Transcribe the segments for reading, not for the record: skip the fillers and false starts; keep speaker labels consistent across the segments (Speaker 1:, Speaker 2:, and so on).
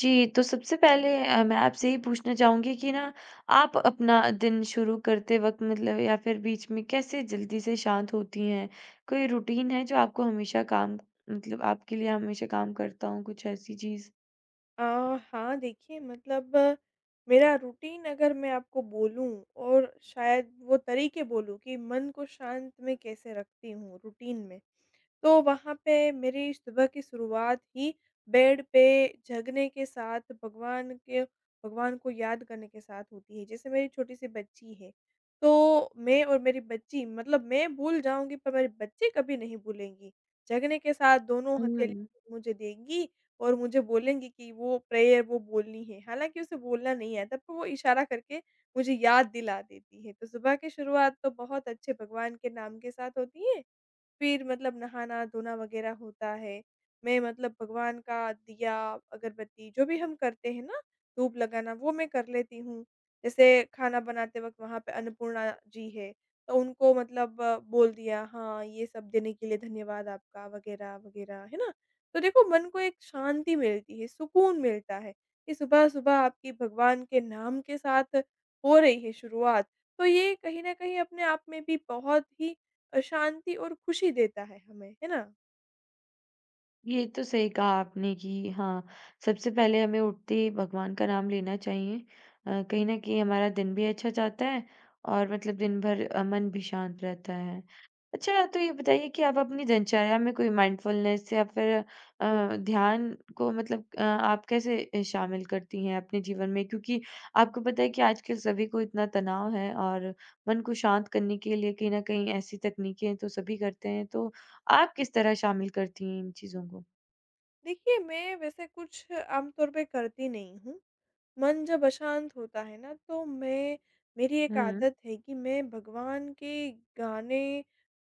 Speaker 1: जी, तो सबसे पहले मैं आपसे ये पूछना चाहूँगी कि ना आप अपना दिन शुरू करते वक़्त मतलब या फिर बीच में कैसे जल्दी से शांत होती हैं? कोई रूटीन है जो आपको हमेशा काम मतलब आपके लिए हमेशा काम करता हो, कुछ ऐसी चीज़?
Speaker 2: अ, हाँ, देखिए मेरा रूटीन अगर मैं आपको बोलूँ और शायद वो तरीके बोलूँ कि मन को शांत में कैसे रखती हूँ रूटीन में, तो वहाँ पे मेरी सुबह की शुरुआत ही बेड पे जगने के साथ भगवान को याद करने के साथ होती है। जैसे मेरी छोटी-सी बच्ची है, तो मैं और मेरी बच्ची मतलब मैं भूल जाऊँगी पर मेरी बच्ची कभी नहीं भूलेंगी। जगने के साथ दोनों हथेली मुझे देंगी और मुझे बोलेंगी कि वो प्रेयर वो बोलनी है। हालाँकि उसे बोलना नहीं आता पर वो इशारा करके मुझे याद दिला देती है। तो सुबह की शुरुआत तो बहुत अच्छे भगवान के नाम के साथ होती है फिर मतलब नहाना-धोना वग़ैरह होता है। मैं मतलब भगवान का दिया, अगरबत्ती जो भी हम करते हैं ना, धूप लगाना वो मैं कर लेती हूँ। जैसे खाना बनाते वक़्त वहाँ पे अन्नपूर्णा जी है, तो उनको बोल दिया हाँ, ये सब देने के लिए धन्यवाद आपका वग़ैरह, वग़ैरह, है ना? तो देखो मन को एक शांति मिलती है, सुकून मिलता है, कि सुबह-सुबह आपकी भगवान के नाम के साथ हो रही है शुरुआत। तो ये कहीं न कहीं अपने आप में भी बहुत ही शांति और खुशी देता है हमें, है ना?
Speaker 1: ये तो सही कहा आपने कि हाँ, सबसे पहले हमें उठते ही भगवान का नाम लेना चाहिए। कहीं न कहीं हमारा दिन भी अच्छा जाता है और मतलब दिन भर मन भी शांत रहता है। अच्छा तो ये बताइए कि आप अपनी दिनचर्या में कोई माइंडफुलनेस या फिर ध्यान को मतलब आप कैसे शामिल करती हैं अपने जीवन में? क्योंकि आपको पता है कि आजकल सभी को इतना तनाव है और मन को शांत करने के लिए कहीं न कहीं ऐसी तकनीकें तो सभी करते हैं। तो आप किस तरह शामिल करती हैं इन चीज़ों को?
Speaker 2: देखिए मैं वैसे कुछ आम तौर पे करती नहीं हूँ। मन जब अशांत होता है ना तो मैं मेरी एक
Speaker 1: हुँ,
Speaker 2: आदत है कि मैं भगवान के गाने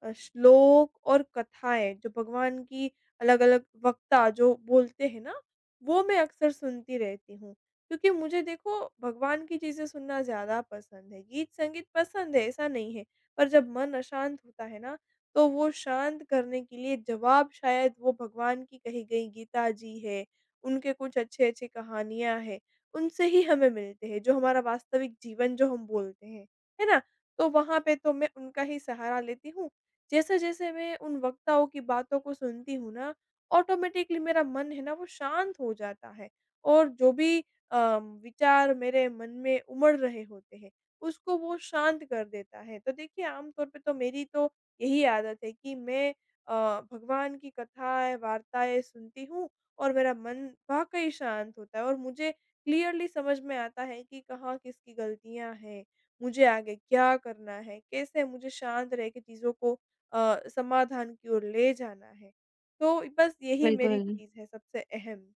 Speaker 2: श्लोक और कथाएँ जो भगवान की अलग-अलग वक्ता जो बोलते हैं ना, वो मैं अक्सर सुनती रहती हूँ। क्योंकि मुझे देखो भगवान की चीज़ें सुनना ज़्यादा पसंद है। गीत-संगीत पसंद है, ऐसा नहीं है। पर जब मन अशांत होता है ना, तो वो शांत करने के लिए जवाब शायद वो भगवान की कही गई गीता जी है, उनके कुछ अच्छे-अच्छे कहानियाँ है। उनसे ही हमें मिलते हैं, जो हमारा वास्तविक जीवन जो हम बोलते हैं, है ना? तो वहाँ पे तो मैं उनका ही सहारा लेती हूँ। जैसे-जैसे मैं उन वक्ताओं की बातों को सुनती हूँ ना, ऑटोमैटिकली मेरा मन है ना वो शांत हो जाता है और जो भी अ, विचार मेरे मन में उमड़ रहे होते हैं, उसको वो शांत कर देता है। तो देखिए आम तौर पे तो मेरी तो यही आदत है कि मैं अ, भगवान की कथाएँ, वार्ताएँ सुनती हूँ और मेरा मन वाक़ई शांत होता है और मुझे क्लियरली समझ में आता है कि कहाँ किसकी गलतियाँ हैं, मुझे आगे क्या करना है, कैसे मुझे शांत रह के चीज़ों को समाधान की ओर ले जाना है। तो बस यही मेरी
Speaker 1: बिल्कुल।
Speaker 2: चीज़ है सबसे अहम।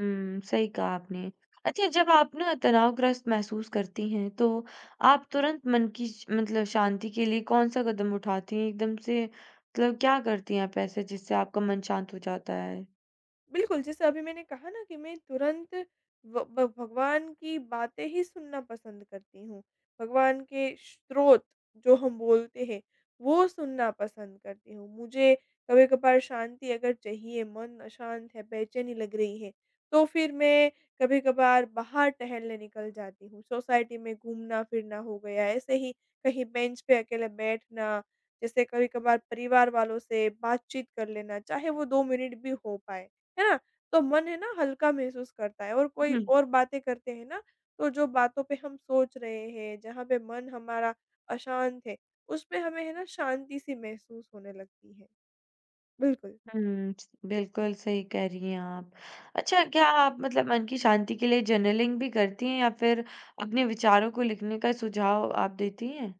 Speaker 1: हुँ, सही कहा आपने। अच्छा, जब आप ना तनावग्रस्त महसूस करती हैं, तो आप तुरंत मन की श मतलब शांति के लिए कौन-सा कदम उठाती हैं? एकदम से मतलब क्या करती हैं आप ऐसे जिससे आपका मन शांत हो जाता है?
Speaker 2: बिल्कुल, जैसे अभी मैंने कहा ना कि मैं तुरंत व ब भगवान की बातें ही सुनना पसंद करती हूँ। भगवान के स्रोत जो हम बोलते हैं, वो सुनना पसंद करती हूँ। मुझे कभी-कभार शांति अगर चाहिए, मन अशांत है, बेचैनी लग रही है, तो फिर मैं कभी-कभार बाहर टहलने निकल जाती हूँ। सोसाइटी में घूमना-फिरना हो गया, ऐसे ही कहीं बेंच पे अकेले बैठना, जैसे कभी-कभार परिवार वालों से बातचीत कर लेना, चाहे वो 2 मिनट भी हो पाए। है ना? तो मन है ना हल्का महसूस करता है और कोई
Speaker 1: हुँ,
Speaker 2: और बातें करते हैं ना, तो जो बातों पे हम सोच रहे हैं, जहाँ पे मन हमारा अशांत है, उसपे हमें है ना शांति-सी महसूस होने लगती है। बिल्कुल।
Speaker 1: हुँ, स बिल्कुल सही कह रही हैं आप। अच्छा, क्या आप मतलब मन की शांति के लिए जर्नलिंग भी करती हैं या फिर अपने विचारों को लिखने का सुझाव आप देती हैं?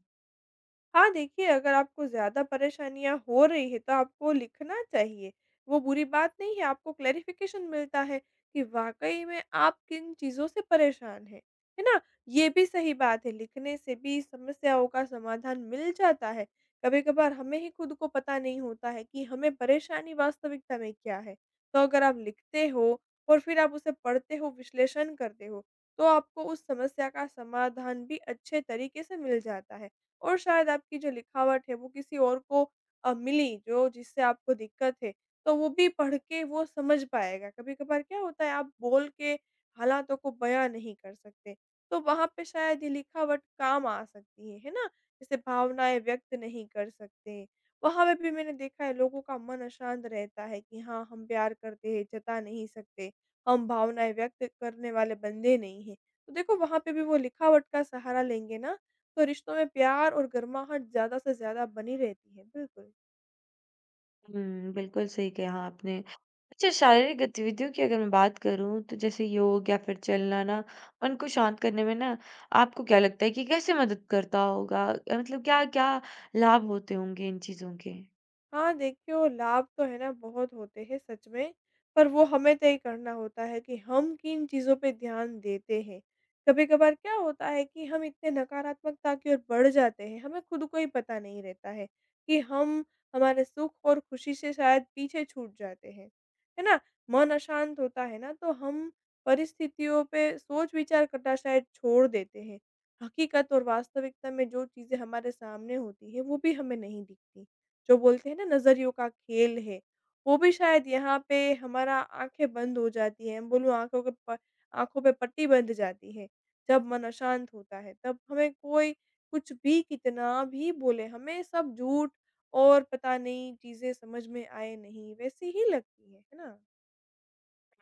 Speaker 2: हाँ, देखिए अगर आपको ज़्यादा परेशानियाँ हो रही हैं तो आपको लिखना चाहिए। वो बुरी बात नहीं है, आपको क्लैरिफ़िकेशन मिलता है कि वाक़ई में आप किन चीज़ों से परेशान हैं। है ना? ये भी सही बात है, लिखने से भी समस्याओं का समाधान मिल जाता है। कभी-कभार हमें ही खुद को पता नहीं होता है कि हमें परेशानी वास्तविकता में क्या है। तो अगर आप लिखते हो और फिर आप उसे पढ़ते हो, विश्लेषण करते हो, तो आपको उस समस्या का समाधान भी अच्छे तरीके से मिल जाता है। और शायद आपकी जो लिखावट है वो किसी और को मिली जो जिससे आपको दिक्कत है, तो वो भी पढ़ के वो समझ पाएगा। कभी-कभार क्या होता है आप बोल के हालातों को बयाँ नहीं कर सकते, तो वहाँ पे शायद ये लिखावट काम आ सकती है ना? जैसे भावनाएँ व्यक्त नहीं कर सकते, वहाँ पे भी मैंने देखा है लोगों का मन अशांत रहता है कि हाँ, हम प्यार करते हैं, जता नहीं सकते, हम भावनाएँ व्यक्त करने वाले बंदे नहीं हैं। तो देखो वहाँ पे भी वो लिखावट का सहारा लेंगे ना तो रिश्तों में प्यार और गर्माहट ज़्यादा से ज़्यादा बनी रहती है। बिल्कुल।
Speaker 1: हुँ, बिल्कुल सही कहा आपने। अच्छा शारीरिक गतिविधियों की अगर मैं बात करूँ तो जैसे योग या फिर चलना ना मन को शांत करने में ना आपको क्या लगता है कि कैसे मदद करता होगा? मतलब क्या-क्या लाभ होते होंगे इन चीज़ों के?
Speaker 2: हाँ, देखिए वो लाभ तो है ना बहुत होते हैं सच में, पर वो हमें तय करना होता है कि हम किन चीज़ों पे ध्यान देते हैं। कभी-कभार क्या होता है कि हम इतने नकारात्मकता की ओर बढ़ जाते हैं, हमें खुद को ही पता नहीं रहता है कि हम हमारे सुख और खुशी से शायद पीछे छूट जाते हैं। है ना? मन अशांत होता है ना तो हम परिस्थितियों पे सोच-विचार करना शायद छोड़ देते हैं। हकीकत और वास्तविकता में जो चीज़ें हमारे सामने होती हैं, वो भी हमें नहीं दिखती। जो बोलते हैं ना नज़रियों का खेल है, वो भी शायद यहाँ पे हमारा आँखें बंद हो जाती हैं, बोलूँ आँखों के प आँखों पे पट्टी बंध जाती है। जब मन अशांत होता है, तब हमें कोई कुछ भी कितना भी बोले, हमें सब झूठ और पता नहीं चीज़ें समझ में आए नहीं, वैसी ही लगती हैं, है ना?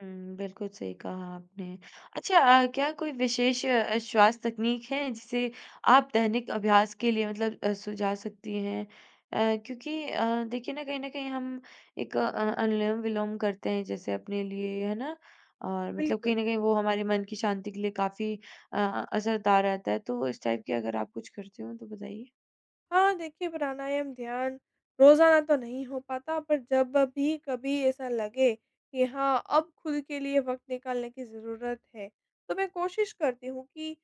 Speaker 1: हुँ, बिल्कुल सही कहा आपने। अच्छा क्या कोई विशेष श्वास तकनीक है जिसे आप दैनिक अभ्यास के लिए मतलब सुझा सकती हैं? क्योंकि देखिए ना कहीं न कहीं हम एक अनुलोम-विलोम करते हैं जैसे अपने लिए, है ना? और मतलब कहीं
Speaker 2: बिल्कुल।
Speaker 1: न कहीं वो हमारे मन की शांति के लिए काफ़ी असरदार रहता है। तो इस टाइप की अगर आप कुछ करते हो तो बताइए?
Speaker 2: हाँ, देखिए प्राणायाम, ध्यान रोज़ाना तो नहीं हो पाता पर जब भी कभी ऐसा लगे कि हाँ, अब खुद के लिए वक़्त निकालने की ज़रूरत है, तो मैं कोशिश करती हूँ कि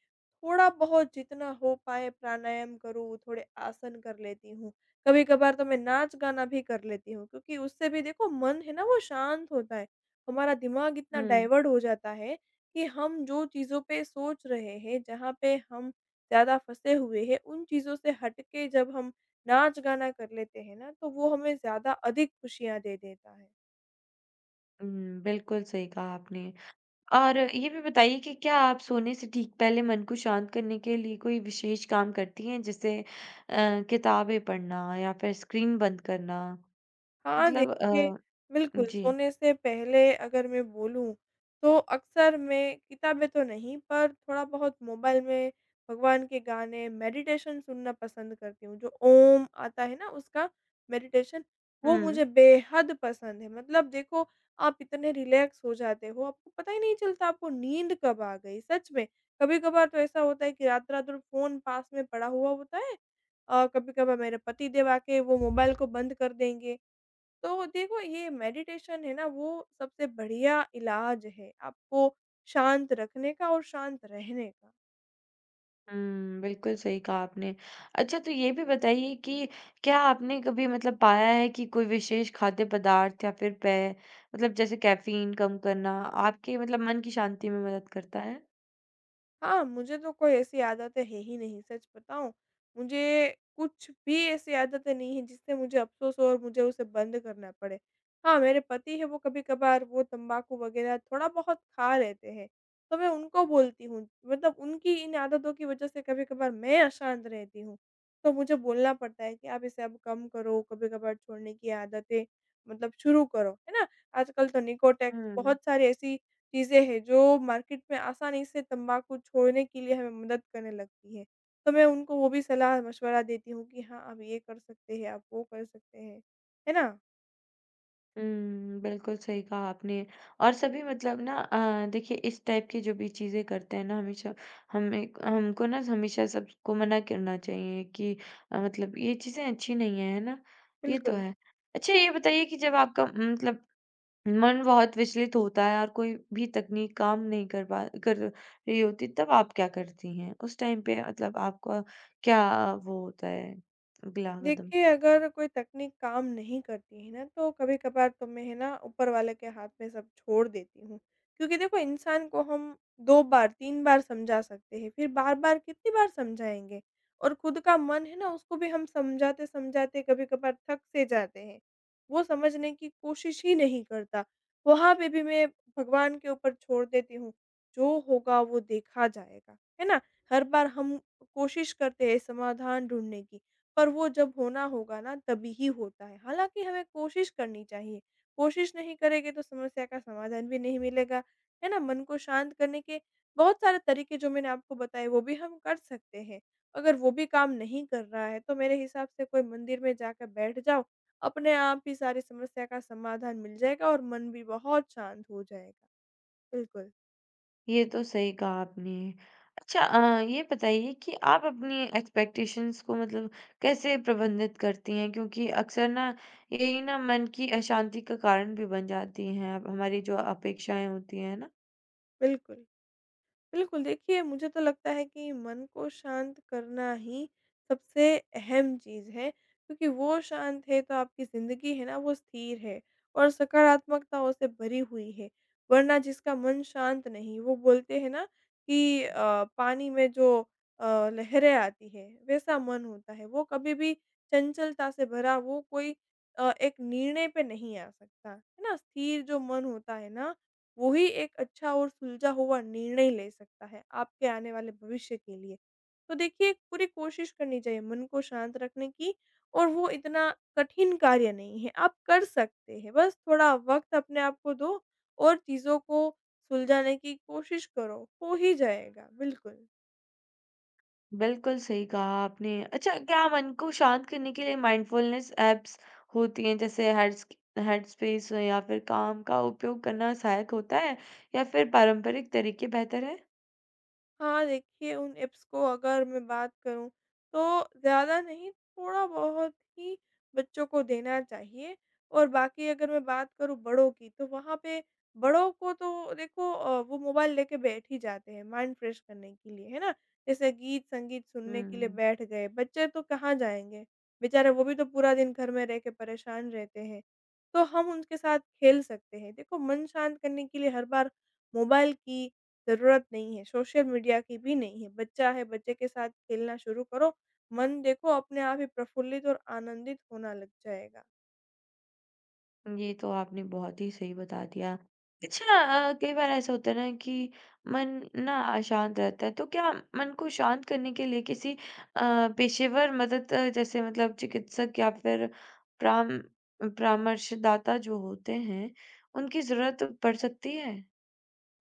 Speaker 2: थोड़ा-बहुत जितना हो पाए प्राणायाम करूँ, थोड़े आसन कर लेती हूँ। कभी-कभार तो मैं नाच-गाना भी कर लेती हूँ क्योंकि उससे भी देखो मन है ना वो शांत होता है। हमारा दिमाग इतना
Speaker 1: हुँ,
Speaker 2: डाइवर्ट हो जाता है कि हम जो चीज़ों पे सोच रहे हैं, जहाँ पे हम ज़्यादा फँसे हुए हैं, उन चीज़ों से हट के जब हम नाच गाना कर लेते हैं ना, तो वो हमें ज़्यादा अधिक खुशियाँ दे देता है।
Speaker 1: हुँ, बिल्कुल सही कहा आपने। और ये भी बताइए कि क्या आप सोने से ठीक पहले मन को शांत करने के लिए कोई विशेष काम करती हैं जैसे किताबें पढ़ना या फिर स्क्रीन बंद करना?
Speaker 2: हाँ,
Speaker 1: मतलब
Speaker 2: देखिए, बिल्कुल
Speaker 1: जी।
Speaker 2: सोने से पहले अगर मैं बोलूँ, तो अक्सर मैं किताबें तो नहीं पर थोड़ा-बहुत मोबाइल में भगवान के गाने, मेडिटेशन सुनना पसंद करती हूँ। जो ओम आता है ना उसका मेडिटेशन, वो
Speaker 1: हुँ।
Speaker 2: मुझे बेहद पसंद है। मतलब देखो, आप इतने रिलैक्स हो जाते हो, आपको पता ही नहीं चलता आपको नींद कब आ गई, सच में। कभी-कभार तो ऐसा होता है कि रात-रात भर फ़ोन पास में पड़ा हुआ होता है कभी-कभार मेरे पतिदेव आके वो मोबाइल को बंद कर देंगे। तो देखो ये मेडिटेशन है ना वो सबसे बढ़िया इलाज है आपको शांत रखने का और शांत रहने का।
Speaker 1: हुँ, बिल्कुल सही कहा आपने। अच्छा तो ये भी बताइए कि क्या आपने कभी मतलब पाया है कि कोई विशेष खाद्य पदार्थ या फिर पेय मतलब जैसे कैफ़ीन कम करना आपके मतलब मन की शांति में मदद करता है?
Speaker 2: हाँ, मुझे तो कोई ऐसी आदतें है ही नहीं सच बताऊँ, मुझे कुछ भी ऐसी आदतें नहीं है जिससे मुझे अफ़सोस हो और मुझे उसे बंद करना पड़े। हाँ, मेरे पति है वो कभी-कभार वो तम्बाकू वग़ैरह थोड़ा-बहुत खा लेते हैं, तो मैं उनको बोलती हूँ मतलब उनकी इन आदतों की वज़ह से कभी-कभार मैं अशांत रहती हूँ। तो मुझे बोलना पड़ता है कि आप इसे अब कम करो, कभी-कभार छोड़ने की आदतें मतलब शुरू करो, है ना? आजकल तो निकोटेक्स
Speaker 1: हुँ।
Speaker 2: बहुत सारी ऐसी चीज़ें हैं जो मार्केट में आसानी से तम्बाकू छोड़ने के लिए हमें मदद करने लगती है। तो मैं उनको वो भी सलाह-मशवरा देती हूँ कि हाँ, आप ये कर सकते हैं, आप वो कर सकते हैं। है ना?
Speaker 1: हुँ, बिल्कुल सही कहा आपने। और सभी मतलब ना देखिए इस टाइप की जो भी चीज़ें करते हैं ना हमेशा हमें हमको ना हमेशा सबको मना करना चाहिए कि मतलब ये चीज़ें अच्छी नहीं है, है ना? ये तो
Speaker 2: बिल्कुल।
Speaker 1: है। अच्छा ये बताइए कि जब आपका मतलब मन बहुत विचलित होता है और कोई भी तकनीक काम नहीं कर पा कर रही होती तब आप क्या करती हैं? उस टाइम पे मतलब आपका क्या वो होता है अगला कदम?
Speaker 2: देखिए, अगर कोई तकनीक काम नहीं करती है ना, तो कभी-कभार तो मैं है ना ऊपर वाले के हाथ में सब छोड़ देती हूँ। क्योंकि देखो इंसान को हम 2 बार, 3 बार समझा सकते हैं, फिर बार-बार कितनी बार समझाएँगे? और खुद का मन है ना, उसको भी हम समझाते-समझाते कभी-कभार थक से जाते हैं। वो समझने की कोशिश ही नहीं करता। वहाँ पे भी मैं भगवान के ऊपर छोड़ देती हूँ, जो होगा वो देखा जाएगा। है ना? हर बार हम कोशिश करते हैं समाधान ढूँढने की। पर वो जब होना होगा ना तभी ही होता है। हालाँकि हमें कोशिश करनी चाहिए, कोशिश नहीं करेंगे तो समस्या का समाधान भी नहीं मिलेगा, है ना? मन को शांत करने के बहुत सारे तरीके जो मैंने आपको बताए वो भी हम कर सकते हैं। अगर वो भी काम नहीं कर रहा है तो मेरे हिसाब से कोई मंदिर में जाकर बैठ जाओ, अपने आप ही सारी समस्या का समाधान मिल जाएगा और मन भी बहुत शांत हो जाएगा। बिल्कुल,
Speaker 1: ये तो सही कहा आपने। अच्छा ये बताइए कि आप अपनी एक्सपेक्टेशंस को मतलब कैसे प्रबंधित करती हैं? क्योंकि अक्सर ना यही ना मन की अशांति का कारण भी बन जाती हैं अब हमारी जो अपेक्षाएँ होती हैं ना।
Speaker 2: बिल्कुल। बिल्कुल, देखिए मुझे तो लगता है कि मन को शांत करना ही सबसे अहम चीज़ है, क्योंकि वो शांत है तो आपकी ज़िंदगी है ना वो स्थिर है और सकारात्मकताओं से भरी हुई है। वरना जिसका मन शांत नहीं वो बोलते हैं ना कि पानी में जो अ, लहरें आती है वैसा मन होता है, वो कभी भी चंचलता से भरा वो कोई एक निर्णय पे नहीं आ सकता, है ना? स्थिर जो मन होता है ना वो ही एक अच्छा और सुलझा हुआ निर्णय ले सकता है आपके आने वाले भविष्य के लिए। तो देखिए पूरी कोशिश करनी चाहिए मन को शांत रखने की और वो इतना कठिन कार्य नहीं है, आप कर सकते हैं। बस थोड़ा वक़्त अपने आप को दो और चीज़ों को सुलझाने की कोशिश करो, हो ही जाएगा। बिल्कुल।
Speaker 1: बिल्कुल सही कहा आपने। अच्छा क्या मन को शांत करने के लिए माइंडफुलनेस ऐप्स होती हैं जैसे हेड्स हेडस्पेस या फिर काम का उपयोग करना सहायक होता है या फिर पारंपरिक तरीके बेहतर हैं?
Speaker 2: हाँ, देखिए उन ऐप्स को अगर मैं बात करूँ तो ज़्यादा नहीं थोड़ा बहुत ही बच्चों को देना चाहिए और बाकी अगर मैं बात करूँ बड़ों की तो वहाँ पे बड़ों को तो देखो वो मोबाइल लेके बैठ ही जाते हैं माइंड फ्रेश करने के लिए, है ना? जैसे गीत-संगीत सुनने के लिए
Speaker 1: हुँ।
Speaker 2: बैठ गए, बच्चे तो कहाँ जाएँगे? बेचारे वो भी तो पूरा दिन घर में रह के परेशान रहते हैं। तो हम उनके साथ खेल सकते हैं। देखो मन शांत करने के लिए हर बार मोबाइल की ज़रूरत नहीं है, सोशल मीडिया की भी नहीं है। बच्चा है, बच्चे के साथ खेलना शुरू करो, मन देखो अपने आप ही प्रफुल्लित और आनंदित होना लग जाएगा।
Speaker 1: ये तो आपने बहुत ही सही बता दिया। अच्छा कई बार ऐसा होता है ना कि मन ना अशांत रहता है, तो क्या मन को शांत करने के लिए किसी पेशेवर मदद जैसे मतलब चिकित्सक या फिर प्राम परामर्शदाता जो होते हैं, उनकी ज़रूरत पड़ सकती है?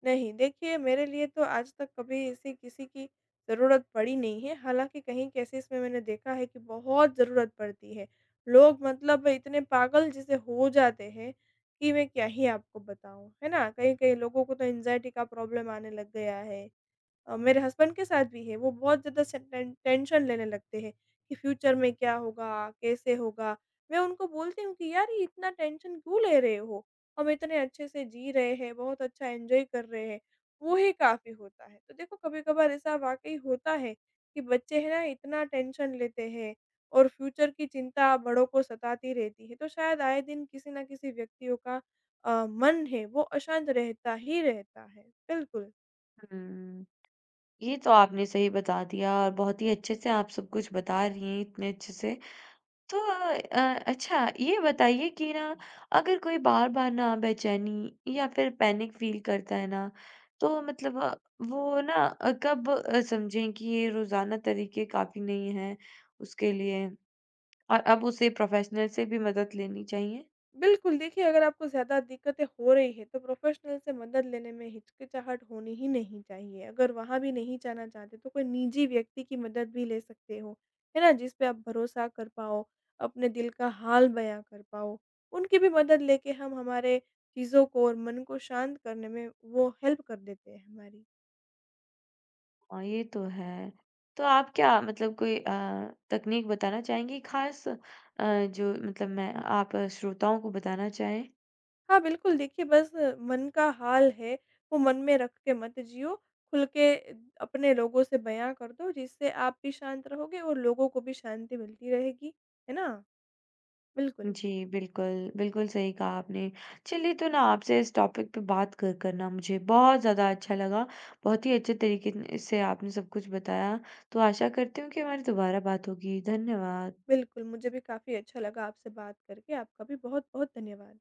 Speaker 2: नहीं, देखिए मेरे लिए तो आज तक कभी ऐसी किसी की ज़रूरत पड़ी नहीं है, हालाँकि कहीं केसेज़ में मैंने देखा है कि बहुत ज़रूरत पड़ती है। लोग मतलब इतने पागल जैसे हो जाते हैं कि मैं क्या ही आपको बताऊँ, है ना? कई-कई लोगों को तो एंग्ज़ायटी का प्रॉब्लम आने लग गया है। मेरे हस्बैंड के साथ भी है, वो बहुत ज़्यादा से टेंशन लेने लगते हैं कि फ्यूचर में क्या होगा, कैसे होगा? मैं उनको बोलती हूँ कि यार ये इतना टेंशन क्यों ले रहे हो? हम इतने अच्छे से जी रहे हैं, बहुत अच्छा एन्जॉय कर रहे हैं, वो ही काफ़ी होता है। तो देखो कभी-कभार ऐसा वाक़ई होता है कि बच्चे हैं ना इतना टेंशन लेते हैं और फ्यूचर की चिंता बड़ों को सताती रहती है, तो शायद आए दिन किसी न किसी व्यक्तियों का मन है वो अशांत रहता ही रहता है। बिल्कुल।
Speaker 1: हुँ, ये तो आपने सही बता दिया और बहुत ही अच्छे से आप सब कुछ बता रही हैं इतने अच्छे से। तो अ, अच्छा ये बताइए कि ना अगर कोई बार-बार ना बेचैनी या फिर पैनिक फ़ील करता है ना, तो मतलब वो ना कब समझें कि ये रोज़ाना तरीके काफ़ी नहीं हैं उसके लिए और अब उसे प्रोफ़ेशनल से भी मदद लेनी चाहिए?
Speaker 2: बिल्कुल, देखिए अगर आपको ज़्यादा दिक्कतें हो रही हैं, तो प्रोफ़ेशनल से मदद लेने में हिचकिचाहट होनी ही नहीं चाहिए। अगर वहाँ भी नहीं जाना चाहते, तो कोई निजी व्यक्ति की मदद भी ले सकते हो, है ना? जिस पे आप भरोसा कर पाओ, अपने दिल का हाल बयाँ कर पाओ। उनकी भी मदद लेके हम हमारे चीज़ों को और मन को शांत करने में वो हेल्प कर देते हैं हमारी।
Speaker 1: हाँ, ये तो है। तो आप क्या मतलब कोई तकनीक बताना चाहेंगी ख़ास जो मतलब मैं आप श्रोताओं को बताना चाहें?
Speaker 2: हाँ, बिल्कुल देखिए बस मन का हाल है, वो मन में रख के मत जियो, खुल के अपने लोगों से बयाँ कर दो जिससे आप भी शांत रहोगे और लोगों को भी शांति मिलती रहेगी, है ना? बिल्कुल,
Speaker 1: जी, बिल्कुल। बिल्कुल सही कहा आपने। चलिए तो ना आपसे इस टॉपिक पे बात कर कर ना मुझे बहुत ज़्यादा अच्छा लगा। बहुत ही अच्छे तरीके न से आपने सब कुछ बताया। तो आशा करती हूँ कि हमारी दोबारा बात होगी। धन्यवाद।
Speaker 2: बिल्कुल मुझे भी काफ़ी अच्छा लगा आपसे बात करके, आपका भी बहुत-बहुत धन्यवाद।